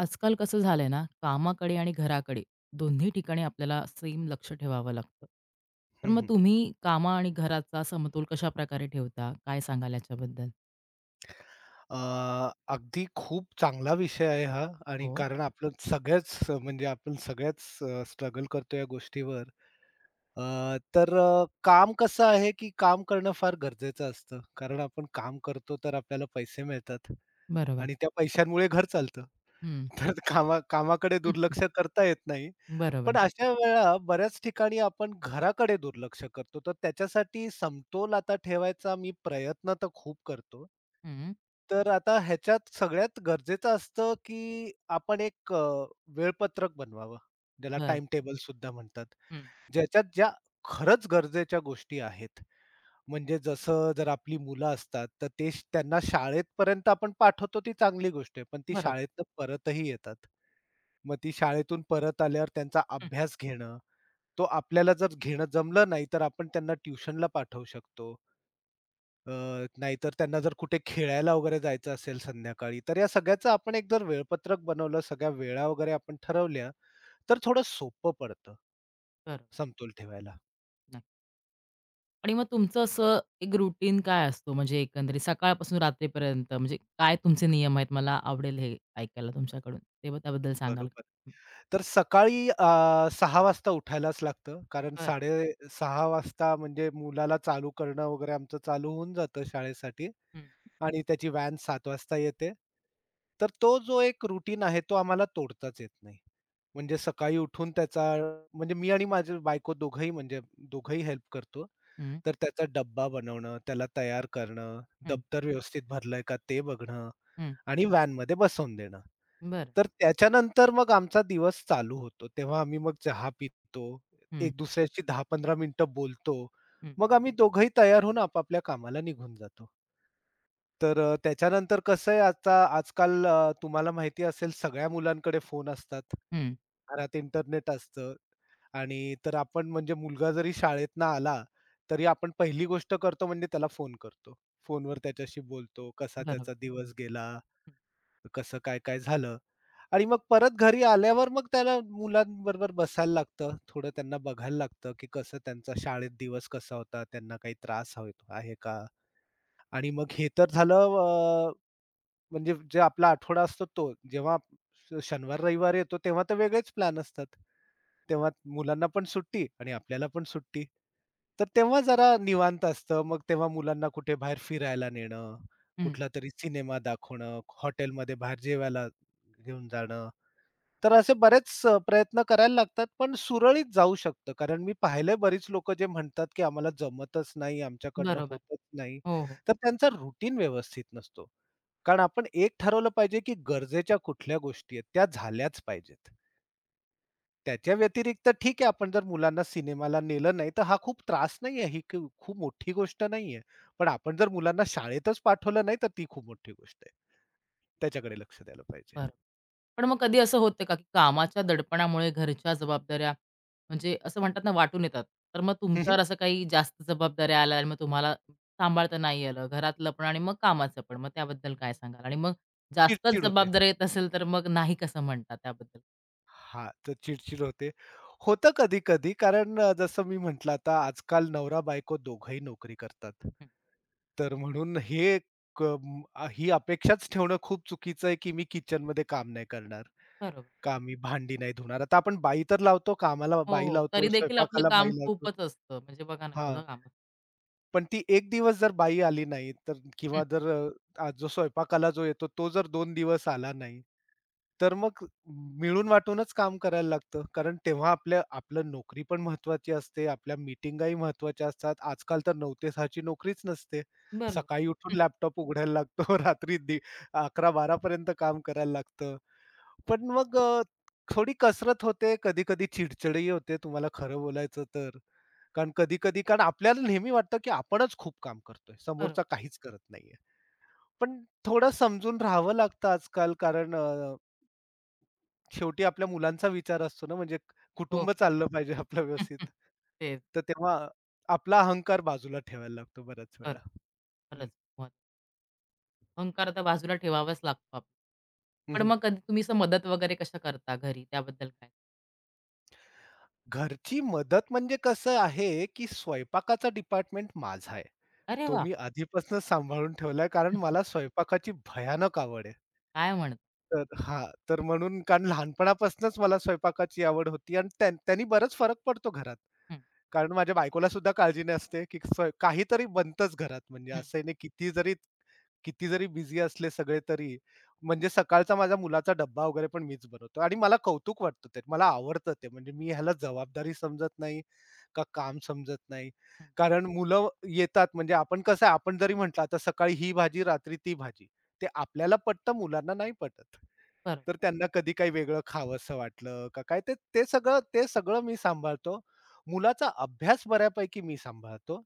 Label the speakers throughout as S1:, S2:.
S1: आजकाल कसं झालंय ना, कामाकडे आणि घराकडे दोन्ही ठिकाणी आपल्याला सेम लक्ष ठेवावं लागतं. तर
S2: हं,
S1: मग
S2: हं.
S1: तुम्ही कामा आणि घराचा समतोल कशाप्रकारे ठेवता? काय सांगाल याच्याबद्दल?
S2: अ, अगदी खूप चांगला विषय आहे हा. आणि
S1: हो,
S2: कारण आपलं सगळ्याच म्हणजे आपण सगळ्याच स्ट्रगल करतो या गोष्टीवर. अ, तर काम कसं आहे, की काम करणं फार गरजेचं असतं. कारण आपण काम करतो तर आपल्याला पैसे मिळतात
S1: बरोबर.
S2: आणि त्या पैशांमुळे घर चालतं.
S1: हं.
S2: तर कामाकडे दुर्लक्ष करता येत नाही.
S1: बरोबर.
S2: पण अशा वेळा बऱ्याच ठिकाणी आपण घराकडे दुर्लक्ष करतो. तर त्याच्यासाठी समतोल आता ठेवायचा मी प्रयत्न तर खूप करतो.
S1: हं.
S2: तर आता ह्याच्यात सगळ्यात गरजेचं असतं, की आपण एक वेळपत्रक बनवावं. ज्याला
S1: बरं.
S2: टाईम टेबल सुद्धा म्हणतात.
S1: हं.
S2: ज्याच्यात ज्या खरंच गरजेच्या गोष्टी आहेत. म्हणजे जसं जर आपली मुलं असतात, तर ते त्यांना शाळेतपर्यंत आपण पाठवतो ती चांगली गोष्ट आहे. पण ती
S1: बरोबर.
S2: शाळेतनं परतही येतात. मग ती शाळेतून परत आल्यावर त्यांचा
S1: हं.
S2: अभ्यास घेणं, तो आपल्याला जर घेणं जमलं नाही, तर आपण त्यांना ट्युशनला पाठवू शकतो. अ, नाहीतर त्यांना जर कुठे खेळायला वगैरे जायचं असेल संध्याकाळी, तर या सगळ्याचं आपण एक जर वेळपत्रक बनवलं, सगळ्या वेळा वगैरे आपण ठरवल्या, तर थोडं सोपं पडतं,
S1: बरोबर.
S2: समतोल ठेवायला.
S1: नक्की. आणि मग तुमचं असं एक रुटीन काय असतो? म्हणजे एकंदरीत सकाळपासून रात्रीपर्यंत म्हणजे काय तुमचे नियम आहेत? मला आवडेल हे ऐकायला तुमच्याकडून. तेव्हा त्याबद्दल सांगाल का?
S2: बरोबर.
S1: हं.
S2: तर सकाळी 6 वाजता उठायलाच लागतं. कारण
S1: बरं.
S2: 6:30 वाजता म्हणजे मुलाला चालू करणं वगैरे आमचं चालू होऊन जातं शाळेसाठी
S1: हं.
S2: आणि त्याची व्हॅन 7 वाजता येते. तर तो जो एक रूटीन आहे तो आम्हाला तोडताच येत नाही. म्हणजे सकाळी उठून त्याचा म्हणजे मी आणि माझी बायको दोघंही म्हणजे दोघंही हेल्प करतो.
S1: हं.
S2: तर त्याचा डब्बा बनवणं, त्याला तयार करणं,
S1: हं.
S2: दप्तर व्यवस्थित भरलंय का ते बघणं
S1: हं.
S2: आणि व्हॅनमध्ये बसवून देणं.
S1: बरं.
S2: तर त्याच्यानंतर मग आमचा दिवस चालू होतो. तेव्हा आम्ही मग चहा पितो.
S1: हं.
S2: एक दुसऱ्याशी 10-15 मिनिटं बोलतो.
S1: हं.
S2: मग आम्ही दोघंही तयार होऊन आपापल्या कामाला निघून जातो. तर त्याच्यानंतर कसं आहे आता आजकाल तुम्हाला माहिती असेल सगळ्या मुलांकडे फोन असतात.
S1: हं,
S2: घरात इंटरनेट असतं आणि तर आपण म्हणजे मुलगा जरी शाळेतनं आला, तरी आपण पहिली गोष्ट करतो म्हणजे त्याला फोन करतो. फोनवर त्याच्याशी बोलतो, कसा
S1: बरोबर.
S2: त्याचा दिवस गेला,
S1: हं,
S2: कसं काय-काय झालं. आणि मग परत घरी आल्यावर मग त्याला मुलांबरोबर बसायला लागतं. थोडं त्यांना बघायला लागतं, की कसं त्यांचा शाळेत दिवस कसा होता, त्यांना काही त्रास होय आहे का? आणि मग हे तर झालं म्हणजे जे आपला आठवडा असतो तो. जेव्हा शनिवार, रविवार येतो तेव्हा तर वेगळेच प्लॅन असतात. तेव्हा मुलांना पण सुट्टी आणि आपल्याला पण सुट्टी. तर तेव्हा जरा निवांत असतं. मग तेव्हा मुलांना कुठे बाहेर फिरायला नेणं,
S1: हं,
S2: कुठलातरी सिनेमा दाखवणं, हॉटेलमध्ये बाहेर जेवायला घेऊन जाणं. तर असे बरेच प्रयत्न करायला लागतात, पण सुरळीत जाऊ शकतं. कारण मी पाहिले बरीच लोकं जे म्हणतात, की आम्हाला जमतच नाही, आमच्याकडनं
S1: बरोबर.
S2: होतच नाही.
S1: हो, हो,
S2: तर त्यांचा रुटीन व्यवस्थित नसतो. कारण आपण एक ठरवलं पाहिजे, की गरजेच्या कुठल्या गोष्टी आहेत, त्या झाल्याच पाहिजेत. त्याच्या व्यतिरिक्त ठीक आहे, आपण जर मुलांना सिनेमाला नेलं नाही, तर हा खूप त्रास नाही आहे, ही क खूप मोठी गोष्ट नाहीये. पण आपण जर मुलांना शाळेतच पाठवलं नाही, तर ती खूप मोठी गोष्ट आहे. त्याच्याकडे लक्ष द्यायला पाहिजे.
S1: बरोबर. पण मग कधी असं होतं का, की कामाच्या दडपणामुळे घरच्या जबाबदाऱ्या म्हणजे असं म्हणतात ना, वाटून येतात. तर मग
S2: हं, हं.
S1: तुमच्यावर असं काही जास्त जबाबदाऱ्या आल्या आणि मग तुम्हाला सांभाळता नाही आलं, घरातलं पण आणि मग कामाचं पण. मग त्याबद्दल काय सांगाल? आणि मग जास्तच
S2: होते.
S1: जबाबदाऱ्या येत असेल, तर मग नाही कसं म्हणता त्याबद्दल?
S2: हां, तर चिड होते. होतं कधी-कधी कारण जसं मी म्हटलं आता आजकाल नवरा-बायको दोघंही नोकरी करतात.
S1: हं,
S2: तर म्हणून हे ही अपेक्षाच ठेवणं खूप चुकीचं आहे, की मी किचनमध्ये काम नाही करणार,
S1: बरोबर.
S2: का मी भांडी नाही धुणार. आता आपण बाई तर लावतो, कामाला
S1: हो,
S2: बाई
S1: हो.
S2: लावतो,
S1: तरी देखील आपलं
S2: स्वयंपाकाला बाई
S1: काम
S2: लावतो.
S1: खूपच असतं. म्हणजे बघा ना, एवढं
S2: हां.
S1: काम असतं.
S2: पण ती एक दिवस जर बाई आली नाही, तर
S1: हं,
S2: किंवा जर जो स्वयंपाकाला जो येतो तो जर 2 दिवस आला नाही, तर मग मिळून वाटूनच काम करायला लागतं. कारण तेव्हा आपल्या आपलं नोकरी पण महत्वाची असते, आपल्या मीटिंगाही महत्त्वाच्या असतात. आजकाल तर 9 ते 6 नोकरीच नसते.
S1: बरोबर.
S2: सकाळी
S1: हं,
S2: उठून लॅपटॉप उघडायला लागतो, रात्री 11-12 पर्यंत काम करायला लागतं.
S1: बरोबर.
S2: पण मग थोडी कसरत होते, कधी-कधी चिडचिडही होते तुम्हाला खरं बोलायचं तर. कारण कधी-कधी कारण आपल्याला नेहमी वाटतं, की आपणच खूप काम करतोय.
S1: बरोबर.
S2: समोरचा काहीच करत नाहीये. पण थोडं समजून राहावं लागतं आजकाल कारण शेवटी आपल्या मुलांचा विचार असतो ना, म्हणजे
S1: हो.
S2: कुटुंब चाललं पाहिजे आपलं व्यवस्थित.
S1: तेच.
S2: तर तेव्हा आपला अहंकार बाजूला ठेवायला लागतो बऱ्याच वेळेला.
S1: बरोबर.
S2: हं,
S1: खरंच. अहंकार तर बाजूला ठेवावाच लागतो आपल्याला.
S2: हं,
S1: पण
S2: हं.
S1: मग कधी तुम्ही असं मदत वगैरे कशा करता घरी त्याबद्दल काय?
S2: घरची मदत म्हणजे कसं आहे, की स्वयंपाकाचा डिपार्टमेंट माझा आहे.
S1: अरे
S2: तो
S1: वाह!
S2: मी आधीपासूनच सांभाळून ठेवलाय कारण मला स्वयंपाकाची भयानक आवड आहे.
S1: काय म्हणता?
S2: तर हां, तर म्हणून कारण लहानपणापासूनच मला स्वयंपाकाची आवड होती आणि त्यांनी बराच फरक पडतो घरात.
S1: हं,
S2: कारण माझ्या बायकोला सुद्धा काळजी नसते, की काहीतरी बनतंच घरात म्हणजे
S1: हं,
S2: असं नाही किती जरी किती जरी बिझी असले सगळे तरी म्हणजे सकाळचा माझ्या मुलाचा डब्बा वगैरे पण मीच बनवतो आणि मला कौतुक वाटतं ते. मला आवडतं ते म्हणजे मी ह्याला जबाबदारी समजत नाही का काम समजत नाही.
S1: हं.
S2: कारण मुलं येतात म्हणजे आपण कसं आहे आपण जरी म्हटलं आता सकाळी ही भाजी, रात्री ती भाजी. ते आपल्याला पटतं, मुलांना नाही पटत.
S1: बरं,
S2: तर त्यांना कधी काही वेगळं खावंसं वाटलं का काय ते ते सगळं ते सगळं मी सांभाळतो. मुलाचा अभ्यास बऱ्यापैकी मी सांभाळतो.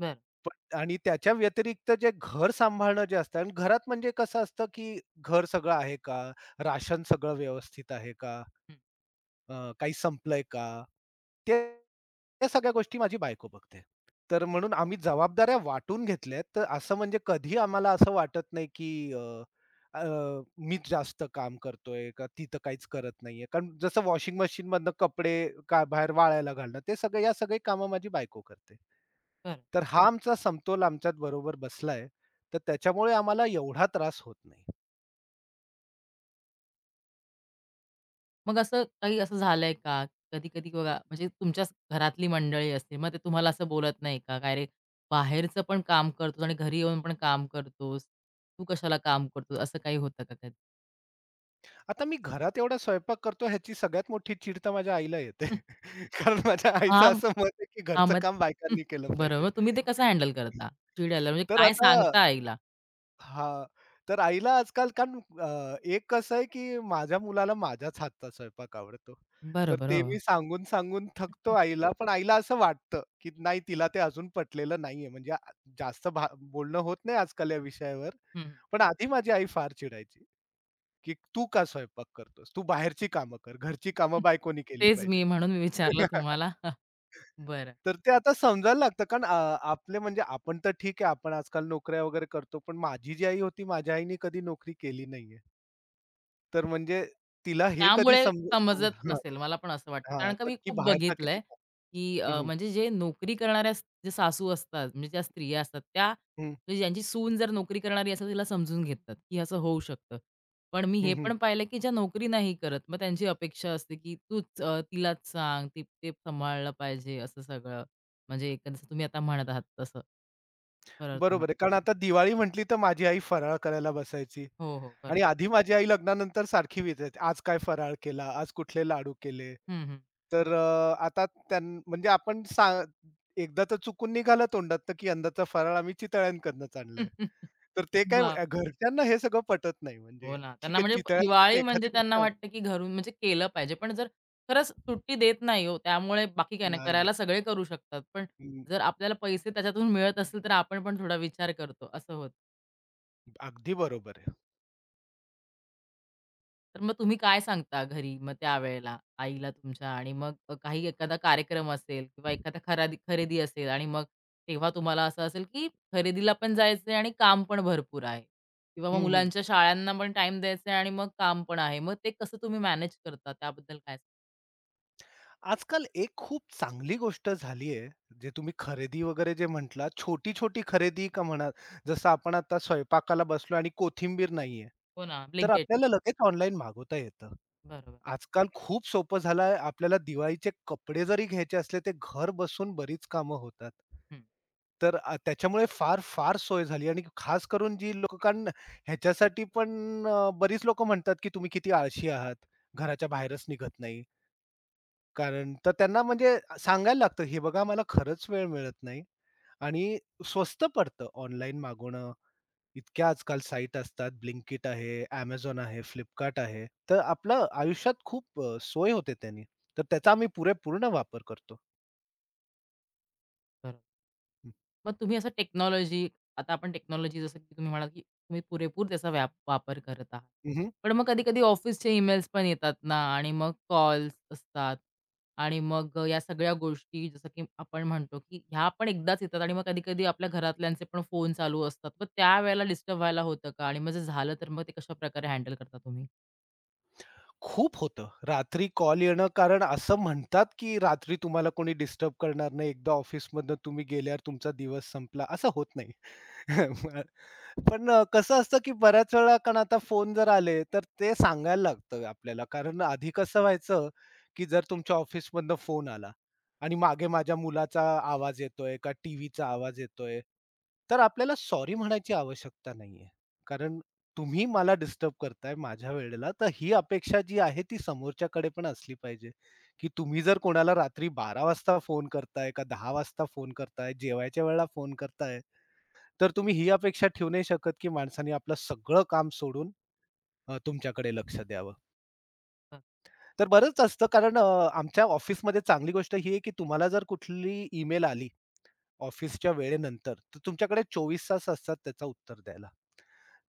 S1: बरं.
S2: पण आणि त्याच्या व्यतिरिक्त जे घर सांभाळणं जे असतं आणि घरात म्हणजे कसं असतं, की घर सगळं आहे का? राशन सगळं व्यवस्थित आहे का?
S1: हं,
S2: काही संपलंय का? ते त्या सगळ्या गोष्टी माझी बायको बघते. तर म्हणून आम्ही जबाबदाऱ्या वाटून घेतल्यात. तर असं म्हणजे कधी आम्हाला असं वाटत नाही, की अ, मीच जास्त काम करतोय का ती तर काहीच करत नाहीये. कारण जसं वॉशिंग मशीनमधनं कपडे का बाहेर वाळायला घालणं, ते सगळे या सगळी कामं माझी बायको करते.
S1: बरं.
S2: तर हा आमचा समतोल आमच्यात बरोबर बसलाय. तर त्याच्यामुळे आम्हाला एवढा त्रास होत नाही.
S1: मग असं काही असं झालंय का? कधी-कधी बघा म्हणजे तुमच्याच घरातली मंडळी असते, मग ते तुम्हाला असं बोलत नाही का? "काय रे, बाहेरचं पण काम करतोस आणि घरी येऊन पण काम करतोस. तू कशाला काम करतोस?" असं काही होतं का कधी?
S2: आता मी घरात एवढा स्वयंपाक करतो ह्याची सगळ्यात मोठी चीड तर माझ्या आईला येते. कारण माझ्या आईचं
S1: हां,
S2: असं मत आहे, की
S1: हां.
S2: घरचं
S1: मग
S2: काम
S1: हं.
S2: बायकांनी केलं पाहिजे.
S1: बरोबर. तुम्ही ते कसं हँडल करता? चिड आल्यावर म्हणजे
S2: तर
S1: काय
S2: आता
S1: सांगता आईला?
S2: हां. तर आईला आजकाल कारण एक कसं आहे, की माझ्या मुलाला माझ्याच हातचा स्वयंपाक आवडतो. तर
S1: बरोबर.
S2: ते
S1: हो.
S2: मी सांगून, सांगून थकतो आईला. पण आईला असं वाटतं, की नाही तिला ते अजून पटलेलं नाहीये. म्हणजे जास्त बोलणं होत नाही आजकाल या विषयावर.
S1: हं, हं.
S2: पण आधी माझी आई फार चिडायची. की तू का स्वयंपाक करतोस? तू बाहेरची कामं कर. घरची कामं बायकोनी केली
S1: तेच मी
S2: पाहिजेत.
S1: म्हणून मी विचारलं तुम्हाला. बरं.
S2: तर ते आता समजायला लागतं कारण आपले म्हणजे आपण तर ठीक आहे आपण आजकाल नोकऱ्या वगैरे करतो. पण माझी जी आई होती माझ्या आईने कधी नोकरी केली नाहीये. तर म्हणजे तिला हे कधी
S1: त्यामुळे समजत
S2: समजलं.
S1: नसेल, मला पण असं वाटतं.
S2: हां,
S1: कारण का
S2: तर
S1: मी
S2: की
S1: खूप
S2: बाहेरचा किती.
S1: बघितलंय, की
S2: हं, हं.
S1: म्हणजे जे नोकरी करणाऱ्या जे सासू असतात, म्हणजे ज्या स्त्रिया असतात, त्या
S2: हं,
S1: म्हणजे ज्यांची सून जर नोकरी करणारी असेल, तिला समजून घेतात, की असं होऊ शकतं. पण मी
S2: हं,
S1: हे
S2: हं.
S1: पण पाहिलं, की ज्या नोकरी नाही करत, मग त्यांची अपेक्षा असते, की तूच तिलाच सांग, ती ते सांभाळलं पाहिजे, असं सगळं. म्हणजे एकंदरीत तुम्ही आता म्हणत आहात तसं. बरोबर तुम्ही
S2: बरोबर आहे.
S1: म्हणता.
S2: कारण आता दिवाळी म्हटली तर माझी आई फराळ करायला बसायची
S1: हो, हो. बरोबर.
S2: आणि आधी माझी आई लग्नानंतर सारखी विचारायची, "आज काय फराळ केला? आज कुठले लाडू केले?"
S1: हं, हं.
S2: तर आता म्हणजे आपण एकदा तर चुकून निघालं तोंडातनं, की यंदाचा फराळ आम्ही चितळ्यांकडनंच आणलाय. तर ते काय
S1: बाप!
S2: घरच्यांना हे सगळं पटत नाही.
S1: हो
S2: म्हणजे
S1: ना.
S2: ठीक
S1: त्यांना
S2: आहे
S1: म्हणजे
S2: चितळ्यांकडनं
S1: दिवाळी म्हणजे
S2: एखादी
S1: त्यांना
S2: गोष्ट
S1: वाटतं, की घरून म्हणजे केलं पाहिजे. पण जर खरंच सुट्टी देत नाही हो, त्यामुळे बाकी काही नाही
S2: नाही, नाही.
S1: करायला सगळे करू शकतात. पण
S2: हं,
S1: जर आपल्याला पैसे त्याच्यातून मिळत असतील, तर आपण पण थोडा विचार करतो, असं होतं.
S2: अगदी बरोबर आहे.
S1: तर मग तुम्ही काय सांगता घरी मग त्यावेळेला आईला तुमच्या आणि मग काही एखादा कार्यक्रम असेल किंवा एखादा खरादी खरेदी असेल आणि मग तेव्हा तुम्हाला असं असेल की खरेदीला पण जायचंय आणि काम पण भरपूर आहे किंवा मग
S2: हं, हं.
S1: मुलांच्या शाळांना पण टाइम द्यायचा आणि मग काम पण आहे. मग ते कसं तुम्ही मॅनेज करता त्याबद्दल काय? सांग-
S2: आजकाल एक खूप चांगली गोष्ट झाली आहे, जे तुम्ही खरेदी वगैरे जे म्हटलात, छोटी-छोटी खरेदी का म्हणा, जसं आपण आता स्वयंपाकाला बसलो आणि कोथिंबीर नाहीये,
S1: हो ना,
S2: तर
S1: ब्लिंकेट.
S2: आपल्याला लगेच ऑनलाईन मागवता येतं.
S1: बरोबर.
S2: आजकाल खूप सोपं झालं आहे. आपल्याला दिवाळीचे कपडे जरी घ्यायचे असले, ते घर बसून बरीच कामं होतात.
S1: हं,
S2: तर त्याच्यामुळे फार, फार सोय झाली आणि खास करून जी लोकं कारण ह्याच्यासाठी पण बरीच लोकं म्हणतात, की तुम्ही किती आळशी आहात, घराच्या बाहेरच निघत नाही. कारण तर त्यांना म्हणजे सांगायला लागतं, "हे बघा, मला खरंच वेळ मिळत नाही" आणि स्वस्त पडतं ऑनलाईन मागवणं. इतक्या आजकाल साईट असतात. ब्लिंकिट आहे, Amazon आहे, Flipkart आहे. तर आपलं आयुष्यात खूप सोय होते त्यानी. तर त्याचा आम्ही पुरेपूर्ण वापर करतो.
S1: बरोबर. मग तुम्ही असं टेक्नॉलॉजी आता आपण टेक्नॉलॉजी जसं की तुम्ही म्हणालात, की तुम्ही पुरेपूर त्याचा व्याप वापर करत आहात.
S2: हं, हं.
S1: पण मग कधी-कधी ऑफिसचे ईमेल्स पण येतात ना आणि मग कॉल्स असतात आणि मग या सगळ्या गोष्टी जसं की आपण म्हणतो, की ह्या पण एकदाच येतात आणि मग कधी-कधी आपल्या घरातल्यांचे पण फोन चालू असतात. मग त्यावेळेला डिस्टर्ब व्हायला होतं का? आणि मग जर झालं तर मग ते कशाप्रकारे हँडल करता तुम्ही?
S2: खूप होतं. रात्री कॉल येणं कारण असं म्हणतात, की रात्री तुम्हाला कोणी डिस्टर्ब करणार नाही. एकदा ऑफिसमधनं तुम्ही गेल्यावर तुमचा दिवस संपला. असं होत नाही. पण कसं असतं, की बऱ्याच वेळा कारण आता फोन जर आले, तर ते सांगायला लागतं आपल्याला. कारण आधी कसं व्हायचं, की जर तुमच्या ऑफिसमधनं फोन आला आणि मागे माझ्या मुलाचा आवाज येतोय का टीव्हीचा आवाज येतोय, तर आपल्याला सॉरी म्हणायची आवश्यकता नाहीये. कारण तुम्ही मला डिस्टर्ब करताय माझ्या वेळेला, तर ही अपेक्षा जी आहे ती समोरच्याकडे पण असली पाहिजे, की तुम्ही जर कोणाला रात्री 12:00 वाजता फोन करताय का 10:00 वाजता फोन करताय, जेवायच्या वेळेला फोन करताय, तर तुम्ही ही अपेक्षा ठेवू नाही शकत, की माणसाने आपलं सगळं काम सोडून तुमच्याकडे लक्ष द्यावं.
S1: बरं,
S2: तर बरंच असतं कारण आमच्या ऑफिसमध्ये चांगली गोष्ट ही आहे, की तुम्हाला जर कुठली ईमेल आली ऑफिसच्या वेळेनंतर, तर तुमच्याकडे 24 तास असतात त्याचं उत्तर द्यायला.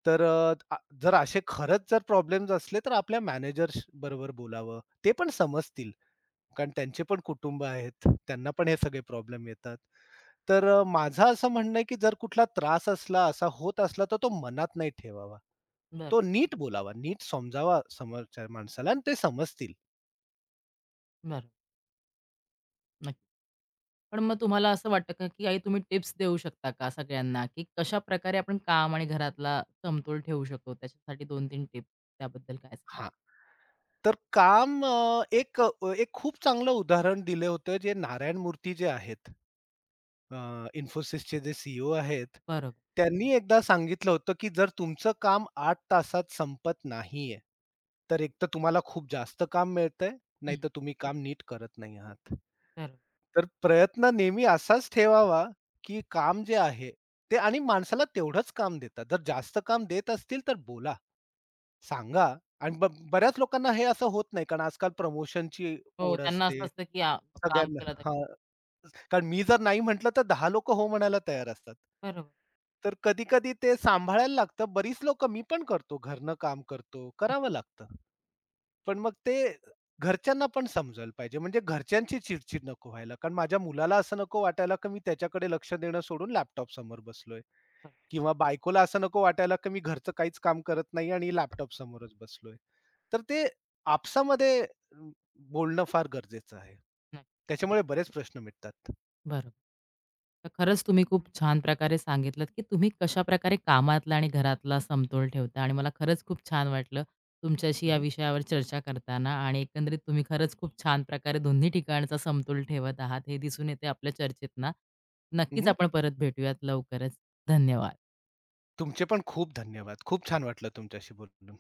S2: तर अ, आ जर असे खरंच जर प्रॉब्लेम्स असले, तर आपल्या मॅनेजर्स बरोबर बोलावं. ते पण समजतील कारण त्यांचे पण कुटुंब आहेत. त्यांना पण हे सगळे प्रॉब्लेम येतात. तर माझं असं म्हणणं आहे, की जर कुठला त्रास असला, असा होत असला, तर तो मनात नाही ठेवावा.
S1: बरं,
S2: तो नीट बोलावा, नीट समजावा समोरच्या माणसाला आणि ते समजतील.
S1: नक्की. पण मग तुम्हाला असं वाटतं का, की काही तुम्ही टिप्स देऊ शकता का सगळ्यांना, की कशाप्रकारे आपण काम आणि घरातला समतोल ठेवू शकतो? त्याच्यासाठी 2-3 टिप्स त्याबद्दल काय सांगाल?
S2: हां. तर काम एक एक खूप चांगलं उदाहरण दिलं होतं जे नारायण मूर्ती जे आहेत, अ, Infosysचे जे सीईओ आहेत,
S1: बरोबर.
S2: त्यांनी एकदा सांगितलं होतं, की जर तुमचं काम 8 तासात संपत नाहीये, तर एकतर तुम्हाला खूप जास्त काम मिळतंय,
S1: हं,
S2: नाहीतर तुम्ही काम नीट करत नाही आहात.
S1: बरोबर.
S2: तर प्रयत्न नेहमी असाच ठेवावा, की काम जे आहे ते आणि माणसाला तेवढंच काम देतात. जर जास्त काम देत असतील तर बोला, सांगा आणि बऱ्याच लोकांना हे असं होत नाही, कारण आजकाल प्रमोशनची
S1: हो,
S2: ओढ
S1: त्यांना असं
S2: असते
S1: असतं, की आ काम
S2: सगळ्यांना.
S1: केलं तर
S2: हां, कारण मी जर नाही म्हटलं, तर 10 लोकं हो म्हणायला तयार असतात.
S1: बरोबर.
S2: तर कधी-कधी ते सांभाळायला लागतं. बरीच लोकं मी पण करतो, घरनं काम करतो,
S1: हं.
S2: करावं लागतं. पण मग ते घरच्यांना पण समजायला पाहिजे. म्हणजे घरच्यांची चिडचिड नको व्हायला. कारण माझ्या मुलाला असं नको वाटायला, की मी त्याच्याकडे लक्ष देणं सोडून लॅपटॉप समोर बसलोय.
S1: बरोबर.
S2: किंवा बायकोला असं नको वाटायला, की मी घरचं काहीच काम करत नाही आणि लॅपटॉप समोरच बसलोय. तर ते आपसामध्ये बोलणं फार गरजेचं आहे.
S1: नक्की.
S2: त्याच्यामुळे बरेच प्रश्न मिटतात.
S1: बरोबर. तर खरंच तुम्ही खूप छान प्रकारे सांगितलंत, की तुम्ही कशा कशाप्रकारे कामातला आणि घरातला समतोल ठेवता आणि मला खरंच खूप छान वाटलं तुमच्याशी
S2: हं,
S1: या
S2: हं.
S1: विषयावर चर्चा करताना आणि एकंदरीत तुम्ही खरंच खूप छान प्रकारे दोन्ही ठिकाणचा समतोल ठेवत आहात हे दिसून येते आपल्या चर्चेतना. नक्कीच आपण परत भेटूयात लवकरच. धन्यवाद.
S2: तुमचे पण खूप धन्यवाद. खूप छान वाटलं तुमच्याशी बोलून.